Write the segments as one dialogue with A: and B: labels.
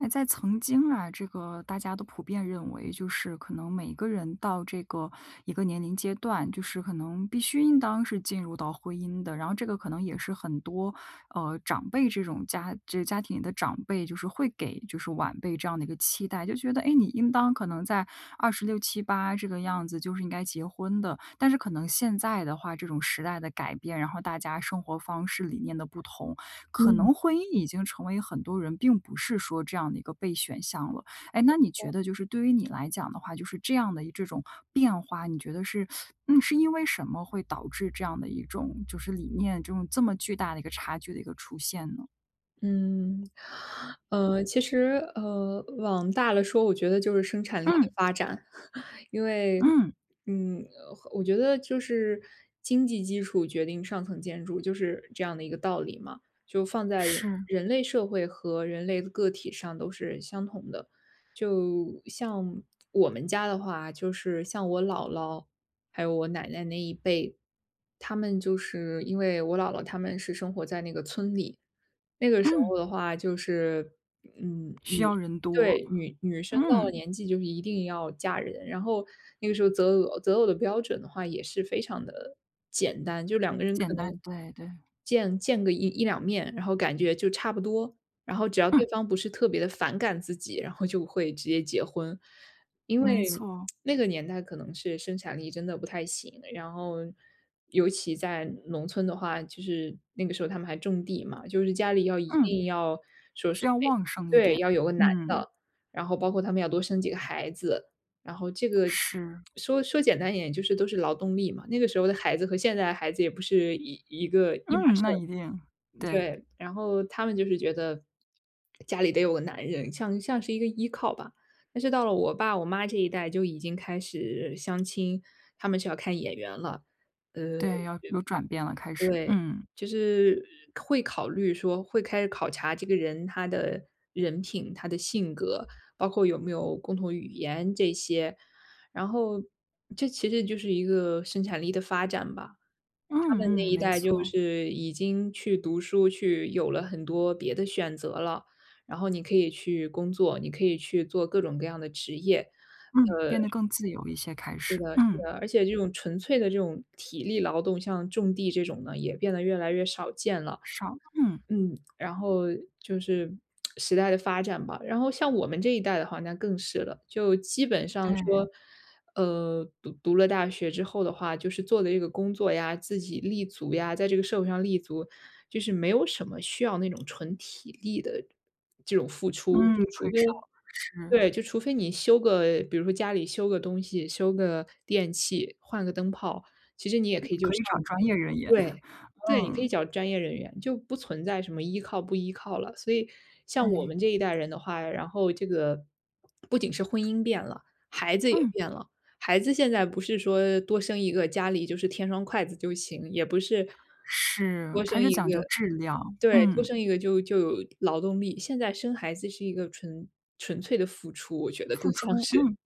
A: 哎，在曾经啊，这个大家都普遍认为，就是可能每个人到这个年龄阶段，就是可能必须应当是进入到婚姻的。然后这个可能也是很多长辈这家庭里的长辈，就是会给就是晚辈这样的一个期待，就觉得哎，诶你应当可能在二十六七八这个样子就是应该结婚的。但是可能现在的话，这种时代的改变，然后大家生活方式理念的不同。可能婚姻已经成为很多人并不是说这样的一个备选项了。哎，那你觉得就是对于你来讲的话，就是这样的一这种变化，你觉得是是因为什么会导致这样的一种就是理念这种这么巨大的一个差距的一个出现呢？
B: 嗯，其实，往大了说，我觉得就是生产力的
A: 嗯。
B: 发展，因为，
A: 嗯，
B: 我觉得就是经济基础决定上层建筑，就是这样的一个道理嘛。就放在
A: 是。
B: 人类社会和人类的个体上都是相同的。就像我们家的话，就是像我姥姥还有我奶奶那一辈，他们就是因为我姥姥他们是生活在那个村里。那个时
A: 嗯，
B: 候的话就是，嗯，
A: 需
B: 女
A: 要人多。
B: 对，女生到了
A: 嗯，
B: 年纪就是一定要嫁人，然后那个时候择偶的标准的话也是非常的简单，就两个人可
A: 简
B: 能
A: 单，对对。
B: 见个一两面，然后感觉就差不多，然后只要对
A: 嗯，
B: 方不是特别的反感自己，然后就会直接结婚。因
A: 没
B: 为
A: 错。
B: 那个年代可能是生产力真的不太行，然后尤其在农村的话，就是那个时候他们还种地嘛，就是家里要一
A: 嗯，
B: 定要说是
A: 需要
B: 得
A: 旺盛一
B: 对，
A: 点。
B: 要有个男
A: 嗯，
B: 的，然后包括他们要多生几个孩子，然后这个
A: 是。
B: 说简单一点，就是都是劳动力嘛。那个时候的孩子和现在的孩子也不是一个一码
A: 嗯，那
B: 事。
A: 一定。对。
B: 对，然后他们就是觉得家里得有个男人，像是一个依靠吧。但是到了我爸我妈这一代就已经开始相亲，他们是要看眼缘了。呃，
A: 对，要有转变了，开始。
B: 对，
A: 嗯，
B: 就是会考虑说会开始考察这个人他的人品、他的性格，包括有没有共同语言这些。然后这其实就是一个生产力的发展吧。
A: 嗯。
B: 他们那
A: 嗯，
B: 一
A: 没
B: 代就
A: 错。
B: 是已经去读书，去有了很多别的选择了。然后你可以去工作，你可以去做各种各样的职业。
A: 嗯，变得更自由一些开
B: 是
A: 始。
B: 的，是
A: 嗯，
B: 的，而且这种纯粹的这种体力劳动，像种地这种呢，也变得越来越少见了。
A: 少。嗯，
B: 嗯，然后就是时代的发展吧。然后像我们这一代的话，那更是了，就基本上
A: 对。
B: 说，读了大学之后的话，就是做的这个工作呀，自己立足呀，在这个社会上立足，就是没有什么需要那种纯体力的这种付出，
A: 嗯，
B: 就除
A: 很
B: 非
A: 少了是。
B: 对，就除非你修个比如说家里修个东西，修个电器，换个灯泡，其实你也可以就
A: 可
B: 上
A: 以找专业人员。
B: 对，对，你可以
A: 嗯，
B: 找专业人员，就不存在什么依靠不依靠了。所以像我
A: 对。
B: 们这一代人的话，然后这个不仅是婚姻变了，孩子也
A: 嗯，
B: 变了。孩子现在不是说多生一个，家里就是添双筷子就行，也不是
A: 是，
B: 多生
A: 开始
B: 一
A: 讲究
B: 个
A: 质量。
B: 对，多
A: 嗯，
B: 生一个就有劳动力。现在生孩子是一个纯粹的付出，我觉得
A: 付
B: 更像
A: 出，
B: 是。
A: 嗯。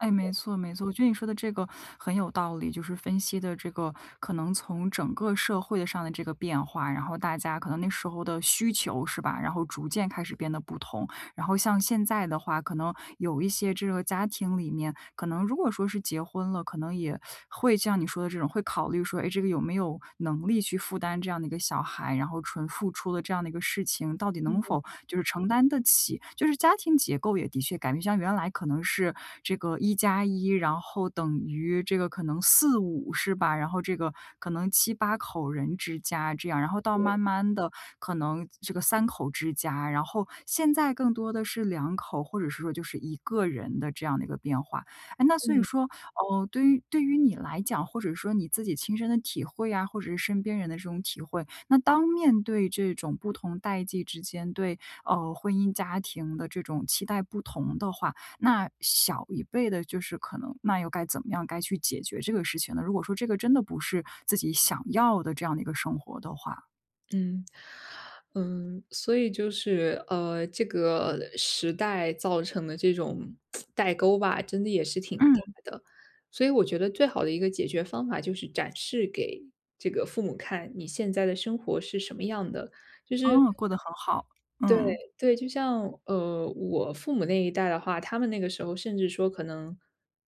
A: 哎，没错没错，我觉得你说的这个很有道理，就是分析的这个可能从整个社会的上的这个变化，然后大家可能那时候的需求是吧，然后逐渐开始变得不同。然后像现在的话，可能有一些这个家庭里面，可能如果说是结婚了，可能也会像你说的这种，会考虑说，哎，这个有没有能力去负担这样的一个小孩，然后纯付出的这样的一个事情，到底能否就是承担得起。就是家庭结构也的确改变，像原来可能是这个一加一，然后等于这个可能四五是吧？然后这个可能七八口人之家这样，然后到慢慢的可能这个三口之家，然后现在更多的是两口，或者是说就是一个人的这样的一个变化。哎，那所以说，哦，对于你来讲，或者说你自己亲身的体会啊，或者是身边人的这种体会，那当面对这种不同代际之间对婚姻家庭的这种期待不同的话，那小一辈的就是可能那又该怎么样去解决这个事情呢？如果说这个真的不是自己想要的这样的一个生活的话。
B: 嗯，嗯，所以就是，这个时代造成的这种代沟吧，真的也是挺
A: 嗯。
B: 大的。所以我觉得最好的一个解决方法就是展示给这个父母看，你现在的生活是什么样的。就是
A: 嗯，过得很好。
B: 对
A: 嗯。
B: 对，就像，我父母那一代的话，他们那个时候甚至说可能，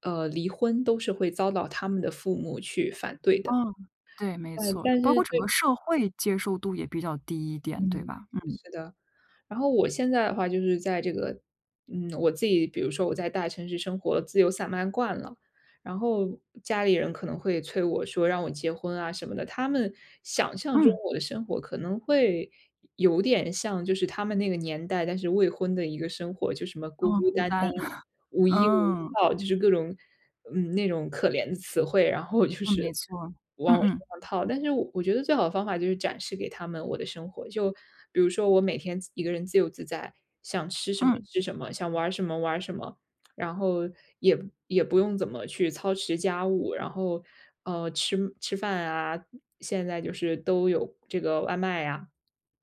B: 离婚都是会遭到他们的父母去反对的。
A: 嗯，对，没
B: 嗯，
A: 错，
B: 但
A: 包
B: 是
A: 括整个
B: 对
A: 社会接受度也比较低一点，对
B: 嗯，
A: 吧？嗯。
B: 是的。然后我现在的话就是在这个，嗯，我自己比如说我在大城市生活自由散漫惯了，然后家里人可能会催我说让我结婚啊什么的，他们想象中
A: 嗯。
B: 我的生活可能会有点像就是他们那个年代，但是未婚的一个生活，就什么孤
A: 哦，
B: 孤
A: 孤
B: 单单
A: 单。
B: 无依无
A: 嗯。
B: 靠，就是各种，那种可怜的词汇，然后就
A: 嗯，没
B: 是
A: 错。嗯
B: 往我
A: 嗯。
B: 身上套。但是我觉得最好的方法就是展示给他们我的生活，就比如说我每天自一个人自由自在，想吃什么
A: 嗯。
B: 吃什么，想玩儿什么玩儿什么，然后也不用怎么去操持家务，然后，吃饭啊，现在就是都有这个外卖呀，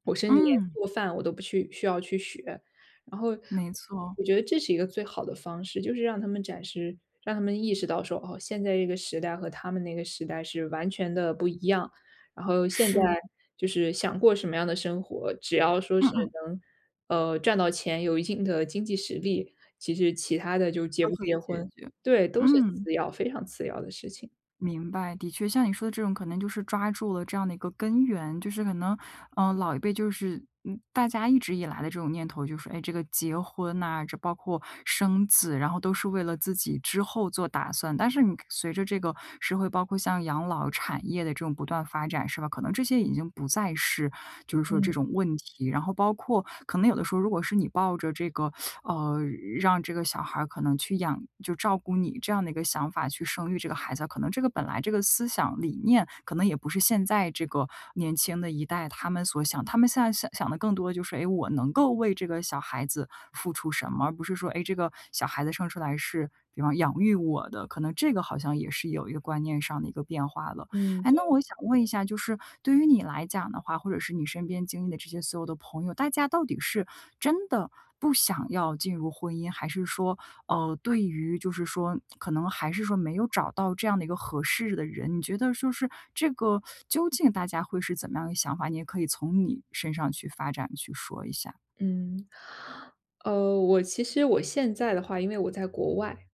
B: 我甚至连
A: 嗯，
B: 做饭我都不去需要去学，然后
A: 没错。
B: 我觉得这是一个最好的方式，就是让他们展示，让他们意识到说，哦，现在这个时代和他们那个时代是完全的不一样。然后现
A: 是。
B: 在就是想过什么样的生活，只要说
A: 嗯
B: 是
A: 嗯。
B: 能，赚到钱，有一定的经济实力，其实其他的就结
A: 都
B: 不
A: 可以
B: 结
A: 解
B: 婚，
A: 决。
B: 对，都是
A: 嗯。
B: 次要，非常次要的事情。
A: 明白，的确，像你说的这种，可能就是抓住了这样的一个根源，就是可能，嗯、老一辈就是，嗯，大家一直以来的这种念头，就是，哎，这个结婚呐、这包括生子，然后都是为了自己之后做打算。但是你随着这个社会，包括像养老产业的这种不断发展，是吧？可能这些已经不再是，就是说这种问题。然后包括可能有的时候，如果是你抱着这个呃，让这个小孩儿可能去养就照顾你这样的一个想法去生育这个孩子，可能这个本来这个思想理念，可能也不是现在这个年轻的一代他们所想，他们现在想的更多的就是，哎，我能够为这个小孩子付出什么，而不是说，哎，这个小孩子生出来是，比方养育我的，可能这个好像也是有一个观念上的一个变化了。
B: 嗯
A: 哎，那
B: 对，
A: 我想问一下，就是对于你来讲的话，或者是你身边经历的这些所有的朋友，大家到底是真的不想要进入婚姻，还是说，对于就是说，可能还是说没有找到这样的一个合适的人，你觉得就是这个究竟大家会是怎么样一个想法？你也可以从你身上去发展去说一下。
B: 嗯，我其实现在的话，因为我在国外，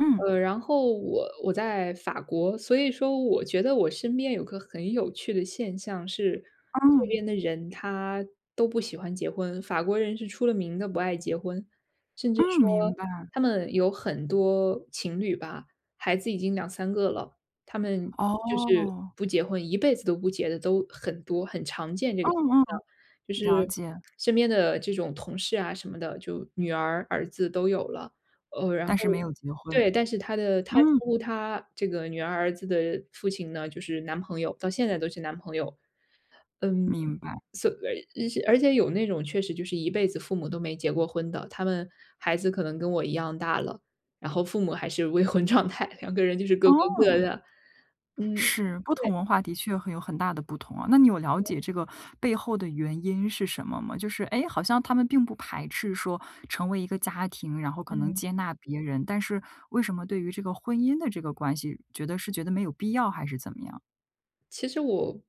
A: 嗯。
B: 然后我在法国，所以说我觉得我身边有个很有趣的现象是，这
A: 嗯。
B: 边的人他都不喜欢结婚，法国人是出了名的不爱结婚，甚至
A: 嗯，
B: 说
A: 明白。
B: 他们有很多情侣吧，孩子已经两三个了，他们就是
A: 哦。
B: 不结婚，一辈子都不结的都很多，很常见这
A: 嗯。
B: 个现
A: 嗯，
B: 象，就
A: 了
B: 是
A: 解。
B: 身边的这种同事啊什么的，就女儿、儿子都有了，呃，然
A: 但
B: 后
A: 是没有结婚。
B: 对，但是他的他称
A: 嗯，
B: 呼他这个女儿儿子的父亲呢，就是男朋友，到现在都是男朋友。嗯，
A: 明白。
B: 所而且有那种确实就是一辈子父母都没结过婚的，他们孩子可能跟我一样大了，然后父母还是未婚 状态，两个人就是各过各
A: 哦。
B: 的。嗯，
A: 是，不
B: 对，
A: 同文化的确很有很大的不同啊。那你有了解这个背后的原因是什么吗？就是哎，诶，好像他们并不排斥说成为一个家庭，然后可能
B: 嗯。
A: 接纳别人，但是为什么对于这个婚姻的这个关系，觉得是觉得没有必要还是怎么样？
B: 其实我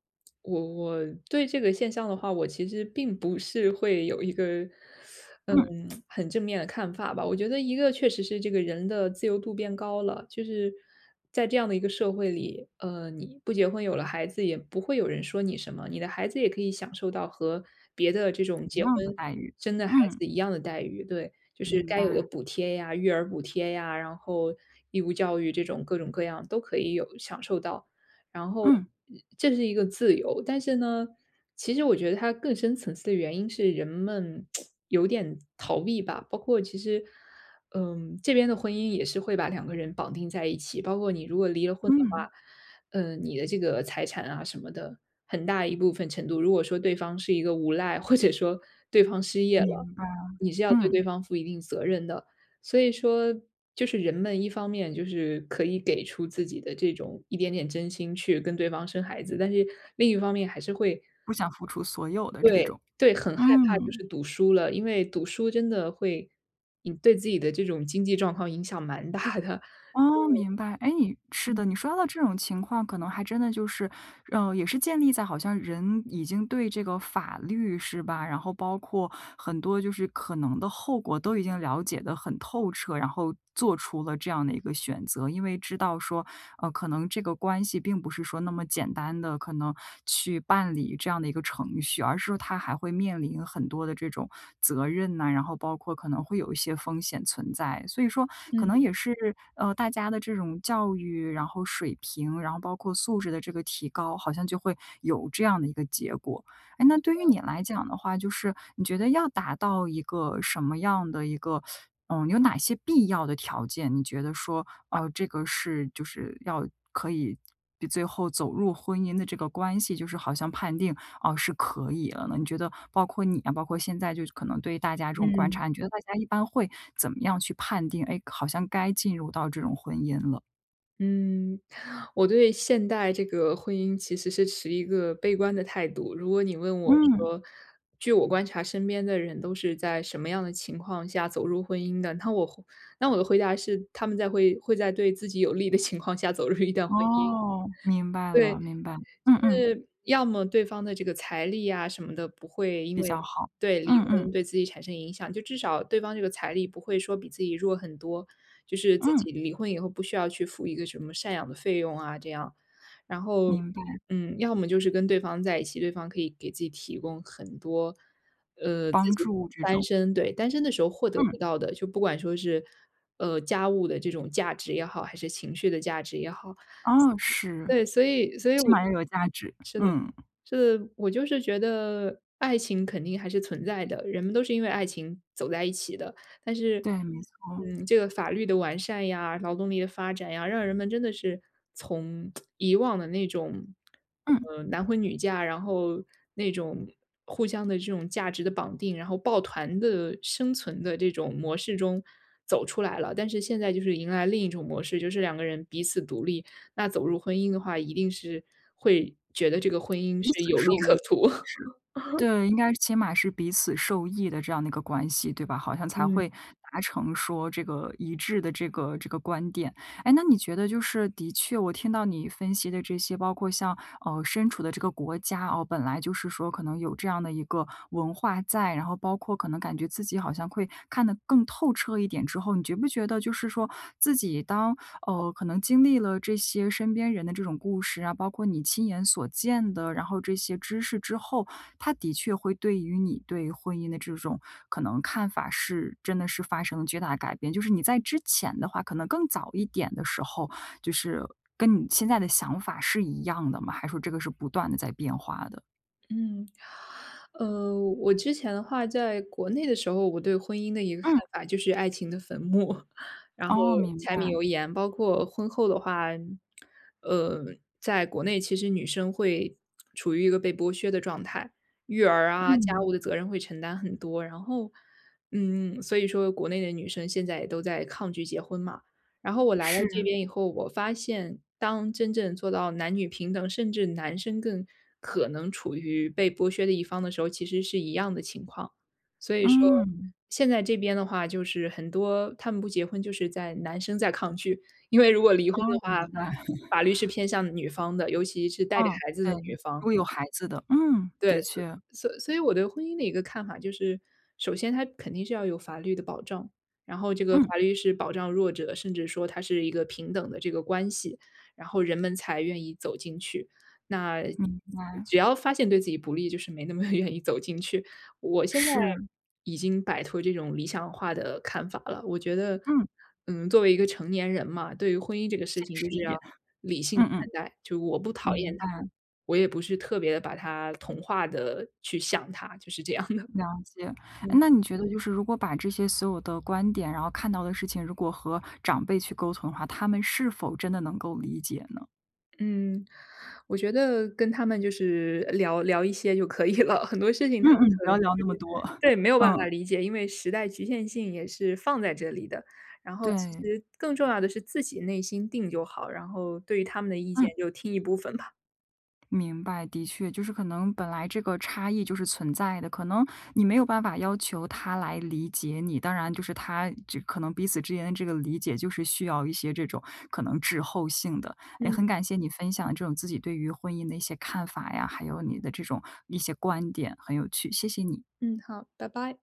B: 我我对这个现象的话，我其实并不是会有一个，嗯，
A: 嗯，
B: 很正面的看法吧。我觉得一个确实是这个人的自由度变高了，就是在这样的一个社会里，你不结婚有了孩子，也不会有人说你什么，你的孩子也可以享受到和别的这种
A: 一
B: 结婚
A: 样的待遇。
B: 生的孩
A: 嗯，
B: 子一样的待遇，对，就是
A: 明
B: 该有的
A: 白。
B: 补贴呀、育儿补贴呀，然后义务教育这种各种各样都可以有享受到。然后
A: 嗯。
B: 这是一个自由，但是呢，其实我觉得它更深层次的原因是人们有点逃避吧，包括其实，嗯，这边的婚姻也是会把两个人绑定在一起，包括你如果离了婚的
A: 嗯，
B: 话，嗯，你的这个财产啊什么的，很大一部分程度，如果说对方是一个无赖，或者说对方失业了，
A: 明白。
B: 你是要对
A: 嗯，
B: 对方负一定责任的。所以说，就是人们一方面就是可以给出自己的这种一点点真心去跟对方生孩子，但是另一方面还是会
A: 不想付出所有的这
B: 对
A: 种。
B: 对，很害怕就是
A: 嗯。
B: 赌输了，因为赌输真的会，你对自己的这种经济状况影响蛮大的，
A: 哦，明白。哎，你是的，你说到这种情况，可能还真的就是，也是建立在好像人已经对这个法律是吧，然后包括很多就是可能的后果都已经了解得很透彻，然后做出了这样的一个选择，因为知道说，可能这个关系并不是说那么简单的可能去办理这样的一个程序，而是说他还会面临很多的这种责任呐，然后包括可能会有一些风险存在。所以说可能
B: 嗯
A: 也是，大家的这种教育，然后水平，然后包括素质的这个提高，好像就会有这样的一个结果。哎，那对于你来讲的话，就是你觉得要达到一个什么样的一个，嗯，有哪些必要的条件？你觉得说，这个是就是要可以比最后走入婚姻的这个关系，就是好像判定哦、是可以了呢？你觉得包括你啊，包括现在就可能对于大家这种观
B: 嗯。
A: 察，你觉得大家一般会怎么样去判定？哎，好像该进入到这种婚姻了。
B: 嗯，我对现代这个婚姻其实是持一个悲观的态度。如果你问我
A: 嗯。
B: 说，据我观察，身边的人都是在什么样的情况下走入婚姻的？那我的回答是，他们会在对自己有利的情况下走入一段婚姻。
A: 哦，明白
B: 对，
A: 了，明白。嗯嗯。
B: 是要么对方的这个财力啊什么的不会因
A: 比
B: 为
A: 较好。
B: 对，离
A: 嗯嗯。
B: 婚对自己产生影响，就至少对方这个财力不会说比自己弱很多，就是自
A: 嗯。
B: 己离婚以后不需要去付一个什么赡养的费用啊这样。然后，
A: 明白。
B: 嗯，要么就是跟对方在一起，对方可以给自己提供很多，自
A: 帮
B: 己
A: 助这
B: 单
A: 种。
B: 身对，单身的时候获得不
A: 嗯。
B: 到的，就不管说是，家务的这种价值也好，还是情绪的价值也好。
A: 哦，是。
B: 对，所以
A: 起
B: 我
A: 码要有价值。嗯，
B: 这我就是觉得爱情肯定还是存在的，人们都是因为爱情走在一起的。但是，
A: 对，没错。
B: 嗯，这个法律的完善呀，劳动力的发展呀，让人们真的是从以往的那种，
A: 嗯。
B: 男婚女嫁，然后那种互相的这种价值的绑定，然后抱团的生存的这种模式中走出来了。但是现在就是迎来另一种模式，就是两个人彼此独立，那走入婚姻的话，一定是会觉得这个婚姻
A: 彼
B: 是
A: 此
B: 有利
A: 受
B: 可
A: 益，
B: 图。
A: 还 是。对，应该起码是彼此受益的这样的一个关系，对吧？好像才会
B: 嗯。
A: 达成说这个一致的这个观点。哎，那你觉得就是的确我听到你分析的这些，包括像，身处的这个国家哦，本来就是说可能有这样的一个文化在，然后包括可能感觉自己好像会看得更透彻一点之后，你觉不觉得就是说自己当可能经历了这些身边人的这种故事啊，包括你亲眼所见的，然后这些知识之后，他的确会对于你对婚姻的这种可能看法是真的是发生了巨大的改变。就是你在之前的话，可能更早一点的时候，就是跟你现在的想法是一样的吗？还是说这个是不断的在变化的？
B: 嗯，我之前的话在国内的时候，我对婚姻的一个看
A: 嗯。
B: 法就是爱情的坟墓，然后
A: 哦，明
B: 柴
A: 白。
B: 米油盐，包括婚后的话，呃，在国内其实女生会处于一个被剥削的状态，育儿啊、家
A: 嗯，
B: 务的责任会承担很多，然后，嗯，所以说国内的女生现在也都在抗拒结婚嘛。然后我来到
A: 是。
B: 这边以后，我发现当真正做到男女平等，甚至男生更可能处于被剥削的一方的时候，其实是一样的情况。所以说，
A: 嗯。
B: 现在这边的话，就是很多他们不结婚，就是在男生在抗拒，因为如果离婚的
A: 哦，
B: 话，
A: 明白。
B: 法律是偏向女方的，尤其是带着
A: 嗯，
B: 孩子的
A: 对。
B: 女
A: 如
B: 方。
A: 果有孩子的，嗯，
B: 对，
A: 的
B: 所
A: 确。
B: 所所以我对婚姻的一个看法就是，首先它肯定是要有法律的保障，然后这个
A: 嗯。
B: 法律是保障弱者，甚至说它是一个平等的这个关系，然后人们才愿意走进去。那
A: 明白。
B: 只要发现对自己不利，就是没那么 愿意走进去。我现在
A: 是。
B: 已经摆脱这种理想化的看法了，我觉得，
A: 嗯，
B: 嗯，作为一个成年人嘛，对于婚姻这个事
A: 现
B: 情就
A: 实
B: 是
A: 一点。
B: 要理性
A: 嗯嗯。
B: 看待，就我不讨
A: 明
B: 厌他
A: 白。
B: 们。我也不是特别的把它同化的去想它，就是这样的。
A: 了解。哎，
B: 嗯。
A: 那你觉得就是如果把这些所有的观点，然后看到的事情，如果和长辈去沟通的话，他们是否真的能够理解呢？
B: 嗯，我觉得跟他们就是聊聊一些就可以了，很多事情他们
A: 嗯。嗯，
B: 可
A: 不
B: 能
A: 要
B: 就
A: 聊那么
B: 是
A: 多。
B: 对，没有办法
A: 嗯。
B: 理解，因为时代局限性也是放在这里的。然后其
A: 对。
B: 实更重要的是自己内心定就好，然后对于他们的意见
A: 嗯。
B: 就听一部分吧。
A: 明白，的确，就是可能本来这个差异就是存在的，可能你没有办法要求他来理解你，当然就是他这可能彼此之间的这个理解，就是需要一些这种可能滞后性的。哎，
B: 嗯，
A: 很感谢你分享这种自己对于婚姻的一些看法呀，还有你的这种一些观点，很有趣，谢谢你。
B: 嗯，好，拜拜。